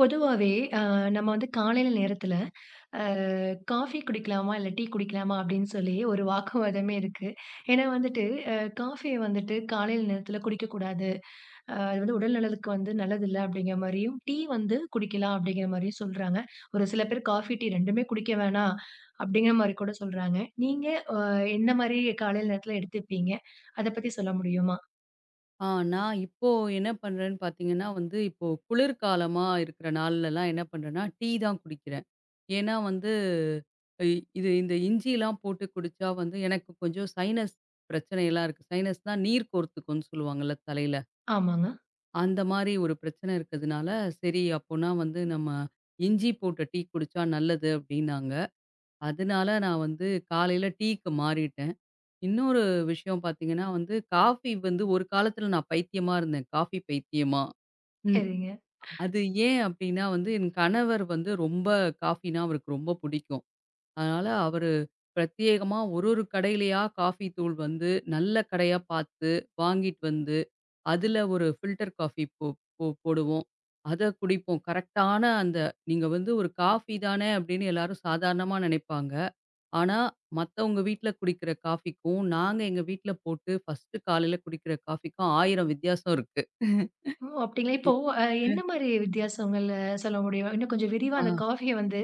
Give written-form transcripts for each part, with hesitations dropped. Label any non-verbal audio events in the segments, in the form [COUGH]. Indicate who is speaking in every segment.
Speaker 1: பொதுவாவே நம்ம வந்து காலையில நேரத்துல, அ காஃபி குடிக்கலாமா? இல்ல டீ குடிக்கலாமா? அப்படின்னு சொல்லி ஒரு வாக்குவாதமே இருக்கு. ஏன்னா வந்துட்டு, அ காஃபிய வந்துட்டு காலையில நேரத்துல குடிக்கக்கூடாது. அது வந்து உடல் நலத்துக்கு வந்து நல்லதில்ல அப்படிங்கிற மாரியும், டீ வந்து குடிக்கலாம் அப்படிங்கிற மாரியும் சொல்றாங்க. ஒரு சில பேர் காஃபி, டீ 2மே குடிக்க வேணாம் அப்படிங்கிற மாரி கூட சொல்றாங்க. நீங்க எந்த மாரி காலையில நேரத்துல எடுத்துப்பீங்க? அத பத்தி சொல்ல முடியுமா?
Speaker 2: ஆ நான் இப்போ என்ன பண்றேன்னு பார்த்தீங்கன்னா வந்து, இப்போ குளிர்காலமா இருக்கிற நாள்லலாம் என்ன பண்றேன்னா, டீ தான் குடிக்கிறேன். ஏன்னா வந்து இ இது இந்த இஞ்சிலாம் போட்டு குடிச்சா வந்து எனக்கு கொஞ்சம் சைனஸ் பிரச்சனையெல்லாம் இருக்கு. சைனஸ்னா நீர் கோர்த்துக்கும்ன்னு சொல்லுவாங்கல்ல தலையில.
Speaker 1: ஆமாங்க.
Speaker 2: அந்த மாரி ஒரு பிரச்சனை இருக்கிறதுனால, சரி அப்போனா வந்து நம்ம இஞ்சி போட்ட டீ குடிச்சா நல்லது அப்படின்னாங்க. அதனால நான் வந்து காலையில டீக்கு மாறிட்டேன். இன்னொரு விஷயம் பார்த்தீங்கன்னா வந்து, காஃபி வந்து ஒரு காலத்தில நான் பைத்தியமா இருந்தேன். காஃபி பைத்தியமா. ம்.
Speaker 1: சரிங்க.
Speaker 2: அது ஏன் அப்டின்னா வந்து, என் கணவர் வந்து ரொம்ப காஃபினா அவருக்கு ரொம்ப பிடிக்கும். அதனால அவரு பிரத்யேகமா ஒரு ஒரு கடையிலயா காஃபி தூள் வந்து நல்ல கடையா பார்த்து, வாங்கிட்டு வந்து, அதில ஒரு ஃபில்டர் காஃபி போ போ போடுவோம். அத குடிப்போம். கரெக்ட்டான அந்த நீங்க வந்து ஒரு காஃபி தானே அப்டின்னு எல்லாரும் சாதாரணமா நெனைப்பாங்க. ஆனா, மத்தவங்க வீட்ல குடிக்கிற காஃபிக்கும், நாங்க எங்க வீட்ல போட்டு ஃபர்ஸ்ட் காலையில குடிக்கிற காஃபிக்கும் 1000 வித்தியாசம் இருக்கு.
Speaker 1: ஓ! அப்டிங்களா? இப்போ
Speaker 2: இ
Speaker 1: என்ன மாரி வித்தியாசங்கள் சொல்ல முடியும்? இன்னும் கொஞ்சம் விரிவா
Speaker 2: ஆ,
Speaker 1: அந்த காஃபிய வந்து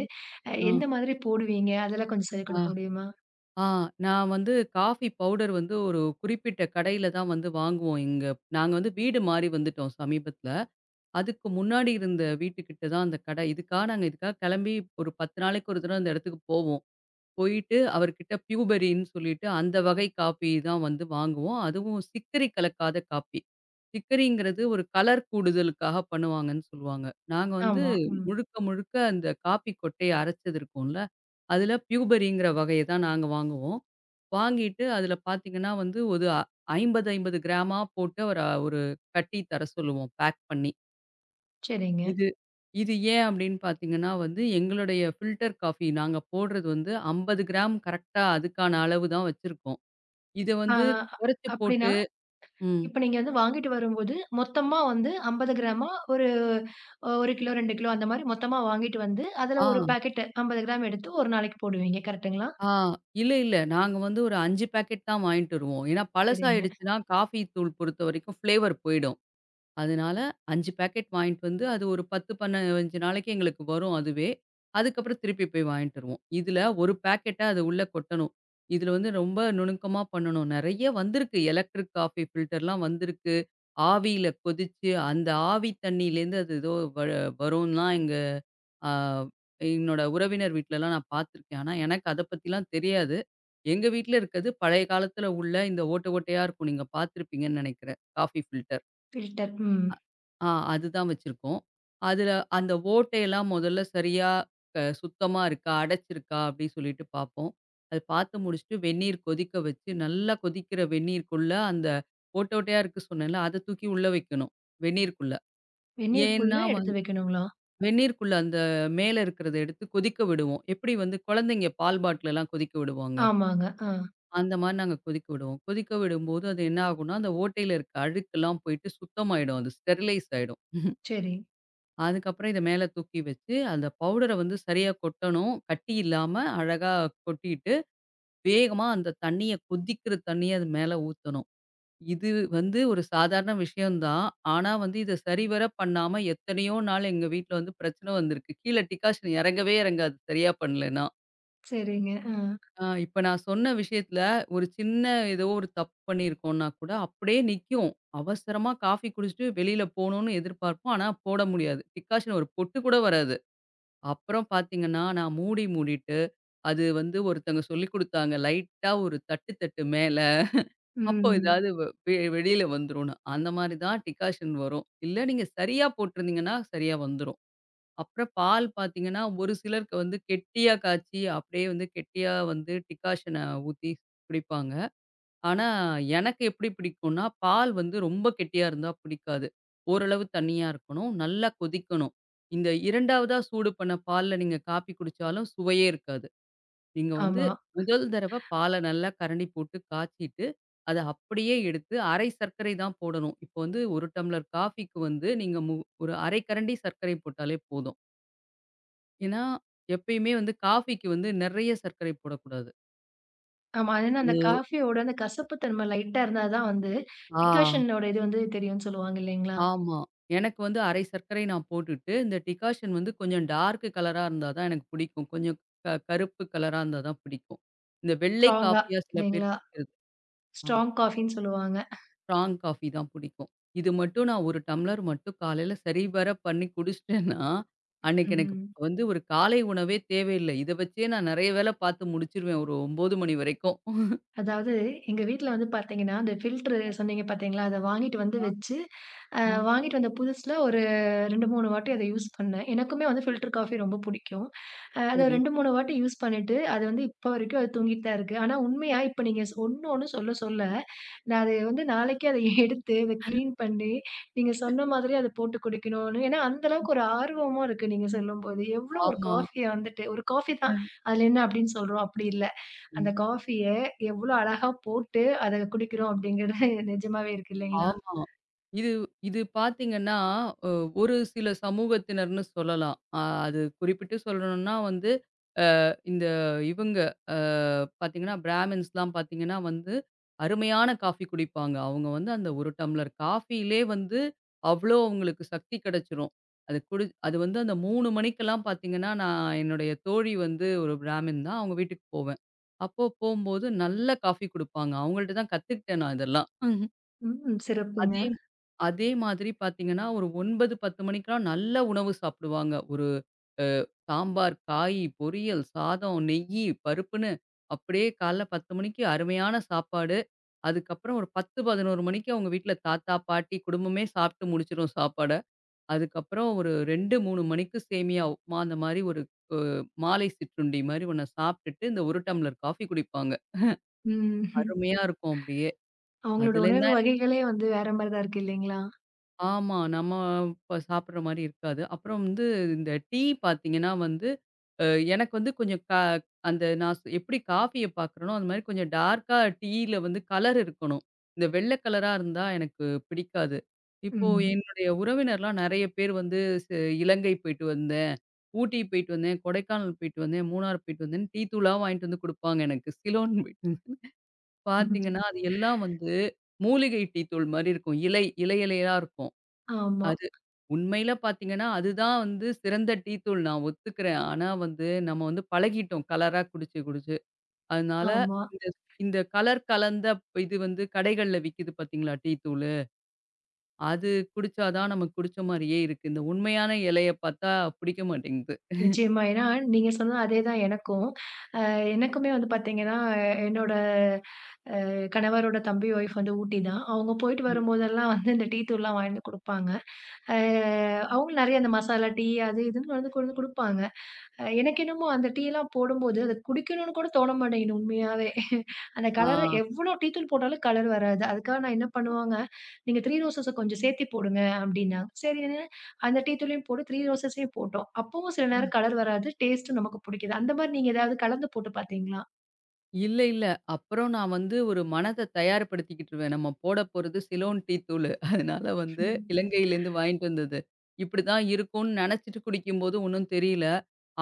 Speaker 2: ஆ,
Speaker 1: எந்த மாதிரி போடுவீங்க? அதெல்லாம் கொஞ்சம் சொல்லிக்
Speaker 2: ஆ,
Speaker 1: குடுக்க முடியுமா?
Speaker 2: ஆ. நான் வந்து காஃபி பவுடர் வந்து ஒரு குறிப்பிட்ட கடையில தான் வந்து வாங்குவோம். இங்க நாங்க வந்து வீடு மாறி வந்துட்டோம் சமீபத்தில. அதுக்கு முன்னாடி இருந்த வீட்டுக்கிட்ட தான் அந்த கடை. இதுக்காக நாங்க இதுக்காக கிளம்பி ஒரு 10 நாளைக்கு ஒரு தடவ அந்த இடத்துக்கு போவோம். போயிட்டு அவர்கிட்ட பியூபெரின்னு சொல்லிட்டு அந்த வகை காப்பி தான் வந்து வாங்குவோம். அதுவும் சிக்கரி கலக்காத காப்பி. சிக்கரிங்கிறது ஒரு கலர் கூடுதலுக்காக பண்ணுவாங்கன்னு சொல்லுவாங்க. நாங்க வந்து
Speaker 1: ஆமா. ம்.
Speaker 2: முழுக்க, முழுக்க அந்த காப்பி கொட்டைய அரைச்சது இருக்கும்ல, அதில பியூபெரிங்கிற வகைய தான் நாங்க வாங்குவோம். வாங்கிட்டு அதில பார்த்தீங்கன்னா வந்து ஒரு 50, 50 கிராமா போட்டு அவர ஒரு கட்டி தர சொல்லுவோம் பேக் பண்ணி.
Speaker 1: சரிங்க.
Speaker 2: இது இது ஏன் அப்படின்னு பார்த்தீங்கன்னா வந்து, எங்களுடைய ஃபில்டர் காஃபி நாங்க போடுறது வந்து 50 கிராம் கரெக்ட்டா அதுக்கான அளவு தான் வச்சிருக்கோம். இத
Speaker 1: ஆ,
Speaker 2: வந்து குறைச்சு
Speaker 1: அப்டின்னா,
Speaker 2: போட்டு ம்.
Speaker 1: இப்ப நீங்க வந்து வாங்கிட்டு வரும்போது, மொத்தமா வந்து 50 கிராமா ஒரு 1 கிலோ, 2 கிலோ அந்த மாரி மொத்தமா வாங்கிட்டு வந்து, அதுல
Speaker 2: ஆ,
Speaker 1: ஒரு பாக்கெட் 50 கிராம் எடுத்து 1 நாளைக்கு போடுவீங்க. கரெக்ட்டுங்களா?
Speaker 2: ஆ இல்ல, இல்ல. நாங்க வந்து ஒரு 5 பாக்கெட் தான் வாங்கிட்டு வருவோம். ஏன்னா
Speaker 1: சரிங்க.
Speaker 2: பழசாயிடுச்சுன்னா, காஃபி தூள் பொறுத்தவரைக்கும் ஃப்ளேவர் போயிடும். அதனால 5 பாக்கெட் வாங்கிட்டு வந்து, அது ஒரு 10, 15 நாளைக்கு எங்களுக்கு வரும் அதுவே. அதுக்கப்புறம் திருப்பி போய் வாங்கிட்டு வருவோம். இதுல 1 பாக்கெட்டா அது உள்ள கொட்டணும். இதுல வந்து ரொம்ப நுணுக்கமா பண்ணணும். நெறைய வந்திருக்கு. எலக்ட்ரிக் காஃபி ஃபில்டர்லாம் வந்திருக்கு. ஆவியில கொதிச்சு, அந்த ஆவி தண்ணியிலேருந்து அது ஏதோ வ வரும்லாம் எங்க அ என்னோட உறவினர் வீட்லலாம் நான் பார்த்துருக்கேன். ஆனா எனக்கு அத பத்திலாம் தெரியாது. எங்க வீட்ல இருக்கது பழைய காலத்துல உள்ள இந்த ஓட்டை ஓட்டையா இருக்கும். நீங்க பார்த்துருப்பீங்கன்னு நெனைக்கிறேன். Coffee filter.
Speaker 1: ஃபில்டர். ம்.
Speaker 2: ஆ அதுதான் வச்சிருக்கோம். அதுல அந்த ஓட்டையெல்லாம் முதல்ல சரியா சுத்தமா இருக்கா, அடைச்சிருக்கா அப்படின்னு சொல்லிட்டு பார்ப்போம். அது பார்த்து முடிச்சுட்டு வெந்நீர் கொதிக்க வச்சு, நல்லா கொதிக்கிற வெந்நீருக்குள்ள அந்த ஓட்டையா இருக்கு சொன்னேன்ல, அத தூக்கி உள்ள வைக்கணும். வெந்நீருக்குள்ள.
Speaker 1: வெந்நீருக்குள்ள
Speaker 2: ஏன்னா
Speaker 1: எடுத்து
Speaker 2: வந்து
Speaker 1: வைக்கணுங்களா?
Speaker 2: வெந்நீருக்குள்ள அந்த மேல இருக்கிறத எடுத்து கொதிக்க விடுவோம். எப்படி வந்து குழந்தைங்க பால் பாட்டிலெல்லாம் கொதிக்க விடுவாங்க.
Speaker 1: ஆமாங்க. ஆ.
Speaker 2: அந்த மாரி நாங்க கொதிக்க விடுவோம். கொதிக்க விடும்போது அது என்ன ஆகும்னா, அந்த ஓட்டையில இருக்க அழுக்கெல்லாம் போயிட்டு சுத்தமாயிடும். அது ஸ்டெர்லைஸ் ஆயிடும்.
Speaker 1: சரி.
Speaker 2: அதுக்கப்புறம் இத மேல தூக்கி வச்சு, அந்த பவுடர வந்து சரியா கொட்டணும். கட்டி இல்லாம அழகா கொட்டிட்டு, வேகமா அந்த தண்ணீய கொதிக்கிற தண்ணீய அது மேல ஊத்தணும். இது வந்து ஒரு சாதாரண விஷயம் தான். ஆனா வந்து இத சரிவர பண்ணாம எத்தனையோ நாள் எங்க வீட்ல வந்து பிரச்சனை வந்திருக்கு. கீழ டிகாஷன் இறங்கவே இறங்காது சரியா பண்ணலன்னா.
Speaker 1: சரிங்க. ஆ.
Speaker 2: ஆ இப்ப நான் சொன்ன விஷயத்துல ஒரு சின்ன ஏதோ ஒரு தப்பு பண்ணியிருக்கோம்னா கூட அப்படியே நிக்கும். அவசரமா காஃபி குடிச்சுட்டு வெளியில போணும்னு எதிர்பார்ப்போம். ஆனா போட முடியாது. டிகாஷன் ஒரு பொட்டு கூட வராது. அப்புறம் பார்த்தீங்கன்னா, நான் மூடி மூடிட்டு, அது வந்து ஒருத்தங்க சொல்லிக் குடுத்தாங்க. லைட்டா ஒரு தட்டு தட்டு மேல. அப்போ
Speaker 1: ம்.
Speaker 2: ஏதாவது வ வெ வெளியில வந்துரும்னு. அந்த மாரி தான் டிகாஷன் வரும். இல்ல நீங்க சரியா போட்டிருந்தீங்கன்னா, சரியா வந்துரும். அப்புறம் பால் பார்த்தீங்கன்னா, ஒரு சிலருக்கு வந்து கெட்டியா காய்ச்சி, அப்படியே வந்து கெட்டியா வந்து டிகாஷன ஊத்தி குடிப்பாங்க. ஆனா, எனக்கு எப்படி பிடிக்கும்னா, பால் வந்து ரொம்ப கெட்டியா இருந்தா பிடிக்காது. ஓரளவு தண்ணியா இருக்கணும். நல்லா கொதிக்கணும். இந்த 2வதா சூடு பண்ண பால்ல நீங்க காப்பி குடிச்சாலும் சுவையே இருக்காது. நீங்க வந்து
Speaker 1: ஆமா.
Speaker 2: முதல் தடவ பால நல்லா கரண்டி போட்டு காய்ச்சிட்டு, அத அப்படியே எடுத்து அரை சர்க்கரை தான் போடணும். இப்போ வந்து 1 டம்ளர் காஃபிக்கு வந்து நீங்க ஒரு 1/2 கரண்டி சர்க்கரை போட்டாலே போதும். ஏன்னா, எப்பயுமே வந்து காஃபிக்கு வந்து நெறைய சர்க்கரை போடக்கூடாது.
Speaker 1: ஆமா. அது என்ன அந்த
Speaker 2: அது
Speaker 1: காஃபியோட அந்த கசப்பு தன்மை லைட்டா இருந்தா தான் வந்து
Speaker 2: ஆ.
Speaker 1: டிக்காஷனோட இது வந்து தெரியும்னு சொல்லுவாங்க இல்லைங்களா?
Speaker 2: ஆமா. எனக்கு வந்து 1/2 சர்க்கரை நான் போட்டுட்டு, இந்த டிகாஷன் வந்து கொஞ்சம் டார்க் கலரா இருந்தா தான் எனக்கு பிடிக்கும். கொஞ்சம் கருப்பு கலரா இருந்தா தான் பிடிக்கும். இந்த வெள்ளை
Speaker 1: ஸ்ட்ராங்கா
Speaker 2: காஃபியா சில பேர்
Speaker 1: இல்லைங்களா?
Speaker 2: குடிக்கிறது. ஆ
Speaker 1: ஸ்ட்ராங் காஃபின்னு சொல்லுவாங்க.
Speaker 2: ஸ்ட்ராங் காஃபி தான் பிடிக்கும். இது மட்டும் நான் 1 டம்ளர் மட்டும் காலையில சரிவர பண்ணி குடிச்சிட்டேன்னா, அன்னைக்கு எனக்கு
Speaker 1: ம்.
Speaker 2: வந்து ஒரு காலை உணவே தேவையில்ல. இத வச்சே நான் நெறைய வேல பார்த்து முடிச்சுருவேன் ஒரு 9 மணி வரைக்கும்.
Speaker 1: அதாவது எங்க வீட்ல வந்து பார்த்தீங்கன்னா, அந்த ஃபில்டரு சொன்னீங்க பார்த்தீங்களா? அத வாங்கிட்டு வந்து
Speaker 2: ஆ,
Speaker 1: வச்சு, அ
Speaker 2: ஆ.
Speaker 1: வாங்கிட்டு வந்த புதுசுல ஒரு 2, 3 வாட்டி அத யூஸ் பண்ணேன். எனக்குமே வந்து ஃபில்டர் காஃபி ரொம்ப புடிக்கும். அத
Speaker 2: சரி.
Speaker 1: 2, 3 வாட்டி யூஸ் பண்ணிட்டு, அது வந்து இப்போ வரைக்கும் அது தூங்கிட்டு தான் இருக்கு. ஆனா உண்மையா இப்ப நீங்க ஒண்ணு ஒண்ணு சொல்ல சொல்ல, நான் அது வந்து நாளைக்கே அத எடுத்து அத கிளீன் பண்ணி, நீங்க சொன்ன மாதிரி அத போட்டு குடிக்கணும்னு ஏன்னா அந்த அளவுக்கு ஒரு ஆர்வமும் இருக்கு நீங்க சொல்லும்போது. எவ்ளோ ஒரு
Speaker 2: ஆமா.
Speaker 1: காஃபிய வந்துட்டு ஒரு காஃபி தான். அதுல என்ன அப்படின்னு சொல்றோம், அப்படி இல்ல.
Speaker 2: ம்.
Speaker 1: அந்த காஃபிய எவ்ளோ அழகா போட்டு அத குடிக்கிறோம் அப்படிங்கிறது [LAUGHS] நிஜமாவே இருக்கு இல்லைங்களா?
Speaker 2: ஆமா. இது இது பார்த்தீங்கன்னா, அ ஒரு சில சமூகத்தினர்ன்னு சொல்லலாம். அது குறிப்பிட்டு சொல்லணும்னா வந்து, இந்த இவங்க அ பார்த்தீங்கன்னா, பிராமின்ஸ்லாம் பார்த்தீங்கன்னா வந்து, அருமையான காஃபி குடிப்பாங்க. அவங்க வந்து அந்த 1 டம்ளர் காஃபியிலே வந்து, அவ்ளோ அவங்களுக்கு சக்தி கிடைச்சிரும். அது குடி அது வந்து அந்த 3 மணிக்கெல்லாம் பார்த்தீங்கன்னா, நான் என்னுடைய தோழி வந்து ஒரு பிராமின் தான். அவங்க வீட்டுக்கு போவேன். அப்போ போம்போது நல்ல காஃபி குடுப்பாங்க. அவங்கள்ட்ட தான் கத்துக்கிட்டேன் நான் இதெல்லாம்.
Speaker 1: ம். சிறப்புங்க.
Speaker 2: அதே அதே மாதிரி பார்த்தீங்கன்னா, ஒரு 9, 10 மணிக்கெல்லாம் நல்ல உணவு சாப்பிடுவாங்க. ஒரு சாம்பார், காய், பொரியல், சாதம், நெய்யி, பருப்புன்னு அப்படியே காலைல 10 மணிக்கு அருமையான சாப்பாடு. அதுக்கப்புறம் ஒரு 10, 11 மணிக்கு அவங்க வீட்ல தாத்தா, பாட்டி குடும்பமே சாப்பிட்டு முடிச்சிரும் சாப்பாட. அதுக்கப்புறம் ஒரு 2, 3 மணிக்கு சேமியா, உப்புமா அந்த மாரி ஒரு அ மாலை சிற்றுண்டி மாரி ஒண்ண சாப்பிட்டுட்டு, இந்த 1 டம்ளர் காஃபி குடிப்பாங்க.
Speaker 1: ம்.
Speaker 2: அருமையா இருக்கும் அப்படியே.
Speaker 1: அவங்களோட
Speaker 2: அதுலேருந்து
Speaker 1: உணவு வகைகளே வந்து வேற மாரி தான் இருக்கு இல்லைங்களா?
Speaker 2: ஆமா. நம்ம இப்ப சாப்பிடுற மாரி இருக்காது. அப்புறம் வந்து இந்த டீ பார்த்தீங்கன்னா வந்து, அ எனக்கு வந்து கொஞ்சம் அந்த நான் எப்படி காஃபிய பார்க்குறேனோ, அது மாரி கொஞ்சம் டார்க்கா டீயில வந்து கலர் இருக்கணும். இந்த வெள்ள கலரா இருந்தா எனக்கு பிடிக்காது. இப்போ
Speaker 1: ம்.
Speaker 2: என்னுடைய உறவினர்லாம் நெறைய பேர் வந்து ஸ் இலங்கை போயிட்டு வந்தேன், ஊட்டி போயிட்டு வந்தேன், கொடைக்கானல் போயிட்டு வந்தேன், மூணார் போயிட்டு வந்தேன்னு டீ தூளா வாங்கிட்டு வந்து குடுப்பாங்க எனக்கு. சிலோன் போயிட்டு பார்த்தீங்கன்னா, அது எல்லாம் வந்து மூலிகை டீ தூள் மாரி இருக்கும். இலை இலை இலையா இருக்கும்.
Speaker 1: ஆமா,
Speaker 2: அது உண்மையில பார்த்தீங்கன்னா, அதுதான் வந்து சிறந்த டீ தூள் நான் ஒத்துக்கிறேன். ஆனா வந்து நம்ம வந்து பழகிட்டோம் கலரா குடிச்சு, குடிச்சு. அதனால
Speaker 1: ஆமா.
Speaker 2: இந்த இந்த கலர் கலந்த இது வந்து கடைகள்ல விக்குது பார்த்தீங்களா டீ தூளு. அது குடிச்சா தான் நமக்கு குடிச்ச மாரியே இருக்கு. இந்த உண்மையான இலைய பார்த்தா பிடிக்க மாட்டேங்குது.
Speaker 1: நிச்சயமா. ஏன்னா நீங்க சொன்னது அதே தான் எனக்கும். அ எனக்குமே வந்து பார்த்தீங்கன்னா, என்னோட அ கணவரோட தம்பி ஒய்ஃப் வந்து ஊட்டி தான். அவங்க போயிட்டு
Speaker 2: ம்.
Speaker 1: வரும்போதெல்லாம் வந்து இந்த டீ தூள்லாம் வாங்கிட்டு குடுப்பாங்க. அ அவங்க நெறைய அந்த மசாலா டீ அது இதுன்னு வந்து கொண்டு வந்து குடுப்பாங்க. எனக்கு என்னமோ அந்த டீலாம் போடும்போது, அத குடிக்கணும்னு கூட தோண மாட்டேங்குது உண்மையாவே. அந்த
Speaker 2: ஆ.
Speaker 1: கலரு எவ்ளோ டீ தூள் போட்டாலும் கலர் வராது. அதுக்காக நான் என்ன பண்ணுவாங்க, "நீங்க த்ரீ ரோசஸ கொஞ்சம் சேர்த்தி போடுங்க" அப்படின்னாங்க. சரின்னு அந்த டீ தூளையும் போட்டு த்ரீ ரோசஸையும் போட்டோம். அப்பவும் சில நேரம்
Speaker 2: அ.
Speaker 1: கலர் வராது. டேஸ்ட்டும் நமக்கு புடிக்குது. அந்த மாரி நீங்க ஏதாவது கலந்து போட்டு பார்த்தீங்களா?
Speaker 2: இல்ல, இல்ல. அப்புறம் நான் வந்து ஒரு மனத தயார்படுத்திக்கிட்டுருவேன். நம்ம போட போறது சிலோன் டீ தூளு. அதனால வந்து இலங்கையிலேருந்து வாங்கிட்டு வந்தது. இப்படிதான் இருக்கும்னு நெனச்சுட்டு குடிக்கும்போது ஒண்ணும் தெரியல.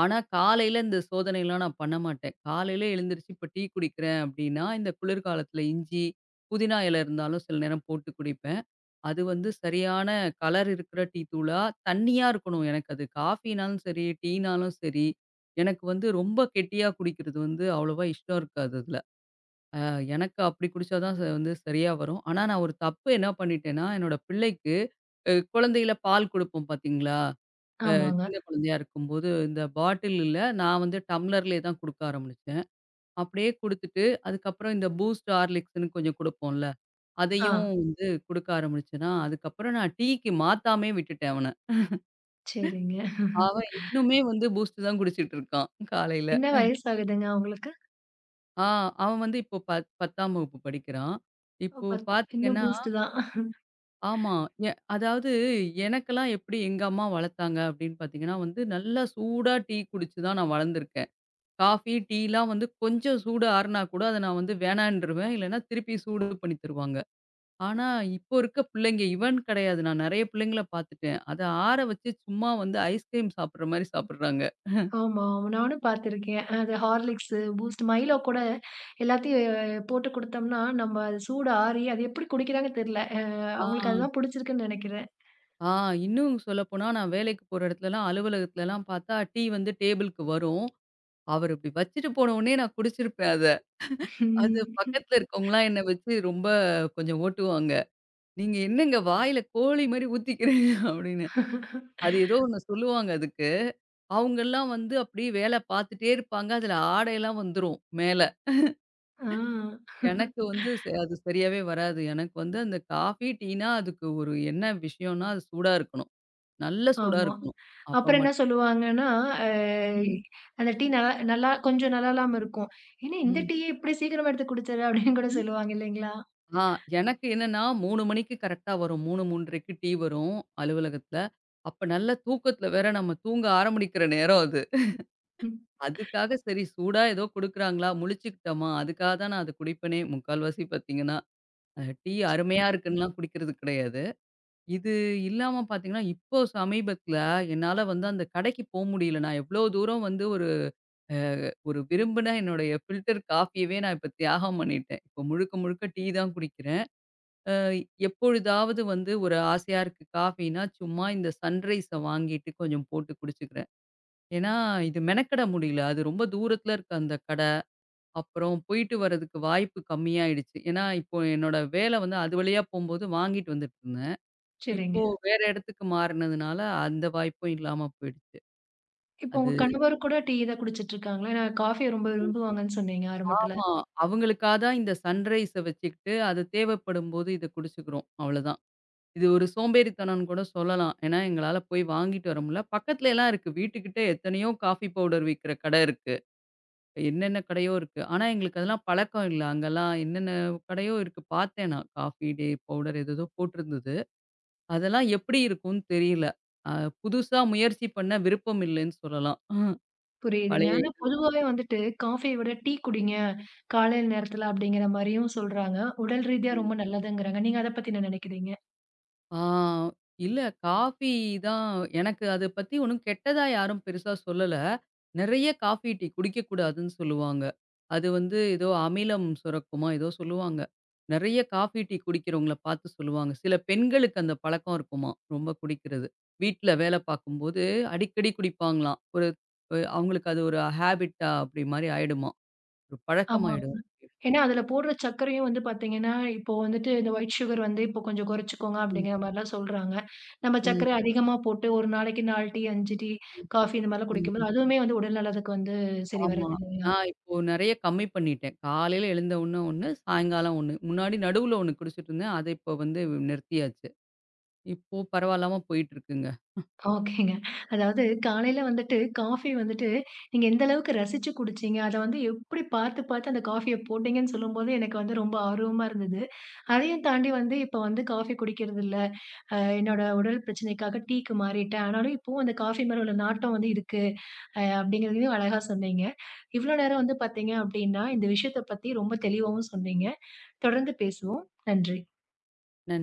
Speaker 2: ஆனா, காலையில இந்த சோதனைலாம் நான் பண்ண மாட்டேன். காலையில எழுந்திரிச்சு இப்ப டீ குடிக்கிறேன் அப்டின்னா, இந்த குளிர்காலத்துல இஞ்சி, புதினா இல இருந்தாலும் சில நேரம் போட்டு குடிப்பேன். அது வந்து சரியான கலர் இருக்கிற டீ தூளா, தண்ணியா இருக்கணும். எனக்கு அது காஃபினாலும் சரி, டீனாலும் சரி, எனக்கு வந்து ரொம்ப கெட்டியா குடிக்கிறது வந்து அவ்வளவா இஷ்டம் இருக்காது அதுல. அ எனக்கு அப்டி குடிச்சா தான் வந்து சரியா வரும். ஆனா, நான் ஒரு தப்பு என்ன பண்ணிட்டேன்னா, என்னோட பிள்ளைக்கு குழந்தையில பால் குடுப்போம் பாத்தீங்களா? அ
Speaker 1: ஆமாங்க.
Speaker 2: சின்ன குழந்தையா இருக்கும்போது, இந்த பாட்டில்ல நான் வந்து டம்ளர்லயே தான் குடுக்க ஆரம்பிச்சேன். அப்படியே குடுத்துட்டு, அதுக்கப்புறம் இந்த பூஸ்ட், ஹார்லிக்ஸ்ன்னு கொஞ்சம் குடுப்போம்ல,
Speaker 1: ஆ,
Speaker 2: அதையும் வந்து குடுக்க ஆரம்பிச்சேனா, அதுக்கப்புறம் நான் டீக்கு மாத்தாமயே விட்டுட்டேன் அவன.
Speaker 1: சரிங்க.
Speaker 2: அவன் இன்னுமே வந்து பூஸ்ட் தான் குடிச்சிட்டு இருக்கான் காலையில.
Speaker 1: என்ன வயசாகுதுங்க உங்களுக்கு?
Speaker 2: ஆ அவன் வந்து இப்போ 10ஆம் வகுப்பு படிக்கிறான்.
Speaker 1: ஓ!
Speaker 2: இப்போ
Speaker 1: இன்னும்
Speaker 2: பார்த்தீங்கன்னா
Speaker 1: பூஸ்ட்டு தான்.
Speaker 2: ஆமா. அதாவது எனக்கெல்லாம் எப்படி எங்க அம்மா வளர்த்தாங்க அப்படின்னு பார்த்தீங்கன்னா, வந்து நல்லா சூடா டீ குடிச்சு தான் நான் வளர்ந்துருக்கேன். காஃபி, டீலாம் வந்து கொஞ்சம் சூடு ஆறுனா கூட அத நான் வந்து வேணான்ருவேன். இல்லன்னா திருப்பி சூடு பண்ணி தருவாங்க. ஆனா, இப்போ இருக்க பிள்ளைங்க இவன் கிடையாது. நான் நெறைய பிள்ளைங்கள பார்த்துட்டேன். அத ஆற வச்சு சும்மா வந்து ஐஸ்கிரீம் சாப்பிடுற மாரி சாப்பிடுறாங்க.
Speaker 1: ஆமா, ஆமா. நானும் பார்த்துருக்கேன். அது ஹார்லிக்ஸு, பூஸ்ட், மைலோ கூட எல்லாத்தையும் போட்டு குடுத்தோம்னா, நம்ம அது சூடு ஆறி அது எப்படி குடிக்கிறாங்கன்னு தெரியல.
Speaker 2: ஆ,
Speaker 1: அவங்களுக்கு அதுதான் புடிச்சிருக்குன்னு நெனைக்கிறேன்.
Speaker 2: ஆ இன்னும் சொல்லப்போனா நான் வேலைக்கு போற இடத்துலலாம், அலுவலகத்துலலாம் பார்த்தா, டீ வந்து டேபிளுக்கு வரும். அவர் இப்டி வச்சுட்டு போன உடனே நான் குடிச்சிருப்பேன் அத. அது
Speaker 1: [LAUGHS]
Speaker 2: பக்கத்துல இருக்கவங்கலாம் என்ன வச்சு ரொம்ப கொஞ்சம் ஓட்டுவாங்க. "நீங்க என்னங்க வாயில கோழி மாரி ஊத்திக்கிறீங்க" அப்டின்னு. அது ஏதோ ஒண்ணு சொல்லுவாங்க அதுக்கு. அவங்கெல்லாம் வந்து அப்படியே வேலை பார்த்துட்டே இருப்பாங்க. அதில ஆடையெல்லாம் வந்துரும் மேல.
Speaker 1: ஆ,
Speaker 2: எனக்கு வந்து அது சரியாவே வராது. எனக்கு வந்து அந்த காஃபி, டீனா அதுக்கு ஒரு என்ன விஷயம்னா, அது சூடா இருக்கணும். நல்ல சூடா
Speaker 1: ஆமா.
Speaker 2: இருக்கணும். அப்ப
Speaker 1: அப்புறம் என்ன
Speaker 2: மட்டும்
Speaker 1: சொல்லுவாங்கன்னா, அ
Speaker 2: ம்,
Speaker 1: அந்த டீ நல்லா நல்லா கொஞ்சம் நல்லா இல்லாம இருக்கும். "என்ன இந்த
Speaker 2: ம்,
Speaker 1: டீய இப்படி சீக்கிரமா எடுத்து குடிச்சற?" அப்படின்னு கூட
Speaker 2: ம்.
Speaker 1: சொல்லுவாங்க இல்லைங்களா?
Speaker 2: ஆ எனக்கு என்னன்னா 3 மணிக்கு கரெக்ட்டா வரும். 3, 3:30க்கு டீ வரும் அலுவலகத்தில. அப்ப நல்ல தூக்கத்தில வேற நம்ம தூங்க ஆரம்பிக்கிற நேரம் அது.
Speaker 1: ம்.
Speaker 2: அதுக்காக சரி சூடா ஏதோ குடுக்குறாங்களா, முழிச்சுக்கிட்டோமா அதுக்காக தான் நான் அத குடிப்பேனே! முக்கால்வாசி பார்த்தீங்கன்னா. அ டீ அருமையா இருக்குன்னுலாம் குடிக்கிறது கிடையாது. இது இல்லாம பார்த்தீங்கன்னா, இப்போ சமீபத்தில என்னால வந்து அந்த கடைக்கு போ முடியல. நான் எவ்வளோ தூரம் வந்து அ ஒரு விரும்பின என்னுடைய ஃபில்டர் காஃபியவே நான் இப்ப தியாகம் பண்ணிட்டேன். இப்போ முழுக்க முழுக்க டீ தான் குடிக்கிறேன். அ எப்பொழுதாவது வந்து ஒரு ஆசையா இருக்கு காஃபின்னா, சும்மா இந்த சன்ரைஸ வாங்கிட்டு கொஞ்சம் போட்டு குடிச்சுக்கிறேன். ஏன்னா, இது மெனக்கெட முடியல. அது ரொம்ப தூரத்தில இருக்கு அந்த கட. அப்புறம் போயிட்டு வரதுக்கு வாய்ப்பு கம்மியாயிடுச்சு. ஏன்னா, இப்போ என்னோட வேலை வந்து அது வழியா போம்போது வாங்கிட்டு வந்துட்டு இருந்தேன். இப்போ
Speaker 1: சரிங்க.
Speaker 2: வேற இடத்துக்கு மாறுனதுனால, அந்த வாய்ப்பும் இல்லாம போயிடுச்சு.
Speaker 1: இப்போ உங்க
Speaker 2: அது
Speaker 1: கணவர் கூட டீ தான் குடிச்சிட்டு இருக்காங்களா? ஏன்னா காஃபிய ரொம்ப விரும்புவாங்கன்னு சொன்னீங்க ஆரம்பத்துல.
Speaker 2: ஆமா. அவங்களுக்கா தான் இந்த சன்ரைஸ வச்சுக்கிட்டு, அது தேவைப்படும்போது இத குடிச்சுக்கிறோம். அவ்வளதான். இது ஒரு சோம்பேறித்தனம்னு கூட சொல்லலாம். ஏன்னா, எங்களால போய் வாங்கிட்டு வர முடில. பக்கத்துலலாம் இருக்கு. வீட்டுக்கிட்ட எத்தனையோ காஃபி பவுடர் விக்கிற கடை இருக்கு. என்னென்ன கடையோ இருக்கு. ஆனா, எங்களுக்கு அதெல்லாம் பழக்கம் இல்ல. அங்கலாம் என்னென்ன கடையோ இருக்கு. பார்த்தேன் நான். காஃபி டே பவுடர் ஏதேதோ போட்டிருந்தது. அதெல்லாம் எப்படி இருக்கும்னு தெரியல. அ புதுசா முயற்சி பண்ண விருப்பம் இல்லன்னு சொல்லலாம்.
Speaker 1: புரியுதுங்க.
Speaker 2: பழைய
Speaker 1: ஆனா
Speaker 2: இது.
Speaker 1: பொதுவாவே வந்துட்டு காஃபிய விட டீ குடிங்க, காலையில நேரத்துல அப்படிங்கிற மாரியும் சொல்றாங்க. உடல் ரீதியா ரொம்ப நல்லதுங்கிறாங்க. நீங்க அத பத்தி என்ன நினைக்கிறீங்க?
Speaker 2: ஆ இல்ல காஃபி தான் எனக்கு அத பத்தி ஒண்ணும் கெட்டதா யாரும் பெருசா சொல்லல. நெறைய காஃபி, டீ குடிக்கக்கூடாதுன்னு சொல்லுவாங்க. அது வந்து ஏதோ அமிலம் சுரக்குமா ஏதோ சொல்லுவாங்க. நெறைய காஃபி, டீ குடிக்கிறவங்கள பார்த்து சொல்லுவாங்க. சில பெண்களுக்கு அந்த பழக்கம் இருக்குமாம். ரொம்ப குடிக்கிறது. வீட்ல வேல பார்க்கும்போது அடிக்கடி குடிப்பாங்களாம். ஒரு அவங்களுக்கு அது ஒரு ஹேபிட்டா அப்படி மாரி ஆயிடுமாம். ஒரு
Speaker 1: ஆமா.
Speaker 2: பழக்கமாயிடும்.
Speaker 1: ஏன்னா அதுல போடுற சர்க்கரையும் வந்து பார்த்தீங்கன்னா, இப்போ வந்துட்டு இந்த ஒயிட் சுகர் வந்து இப்போ கொஞ்சம் குறைச்சுக்கோங்க
Speaker 2: ம்,
Speaker 1: அப்படிங்கிற மாரிலாம் சொல்றாங்க. நம்ம
Speaker 2: ம்,
Speaker 1: சர்க்கரை அதிகமா போட்டு ஒரு நாளைக்கு 4 டீ, 5 டீ, காஃபி இந்த மாரிலாம்
Speaker 2: ம்.
Speaker 1: குடிக்கும்போது, அதுவுமே வந்து உடல் நலத்துக்கு வந்து சரி
Speaker 2: ஆமா.
Speaker 1: வராது இல்லையா?
Speaker 2: நான் இப்போ நெறைய கம்மி பண்ணிட்டேன். காலையில எழுந்த உடனே ஒண்ணு, சாயங்காலம் ஒண்ணு. முன்னாடி நடுவுல ஒண்ணு குடிச்சிட்டு இருந்தேன். அத இப்போ வந்து நிறுத்தியாச்சு. இப்போ பரவாயில்லாம போயிட்டு இருக்குங்க.
Speaker 1: ஓகேங்க. அதாவது காலையில வந்துட்டு காஃபி வந்துட்டு, நீங்க எந்த அளவுக்கு ரசிச்சு குடிச்சீங்க? அத வந்து எப்படி பார்த்து, பார்த்து அந்த காஃபிய போட்டீங்கன்னு சொல்லும்போது, எனக்கு வந்து ரொம்ப ஆர்வமா இருந்தது. அதையும் தாண்டி வந்து இப்ப வந்து காஃபி குடிக்கிறது இல்ல. என்னோட உடல் பிரச்சனைக்காக டீக்கு மாறிட்டேன். ஆனாலும் இப்பவும் அந்த காஃபி மேல உள்ள நாட்டம் வந்து இருக்கு. அப்படிங்கிறதையும் அழகா சொன்னீங்க. இவ்வளோ நேரம் வந்து பார்த்தீங்க அப்படின்னா, இந்த விஷயத்த பத்தி ரொம்ப தெளிவாவும் சொன்னீங்க. தொடர்ந்து பேசுவோம். நன்றி.
Speaker 2: நன்றி.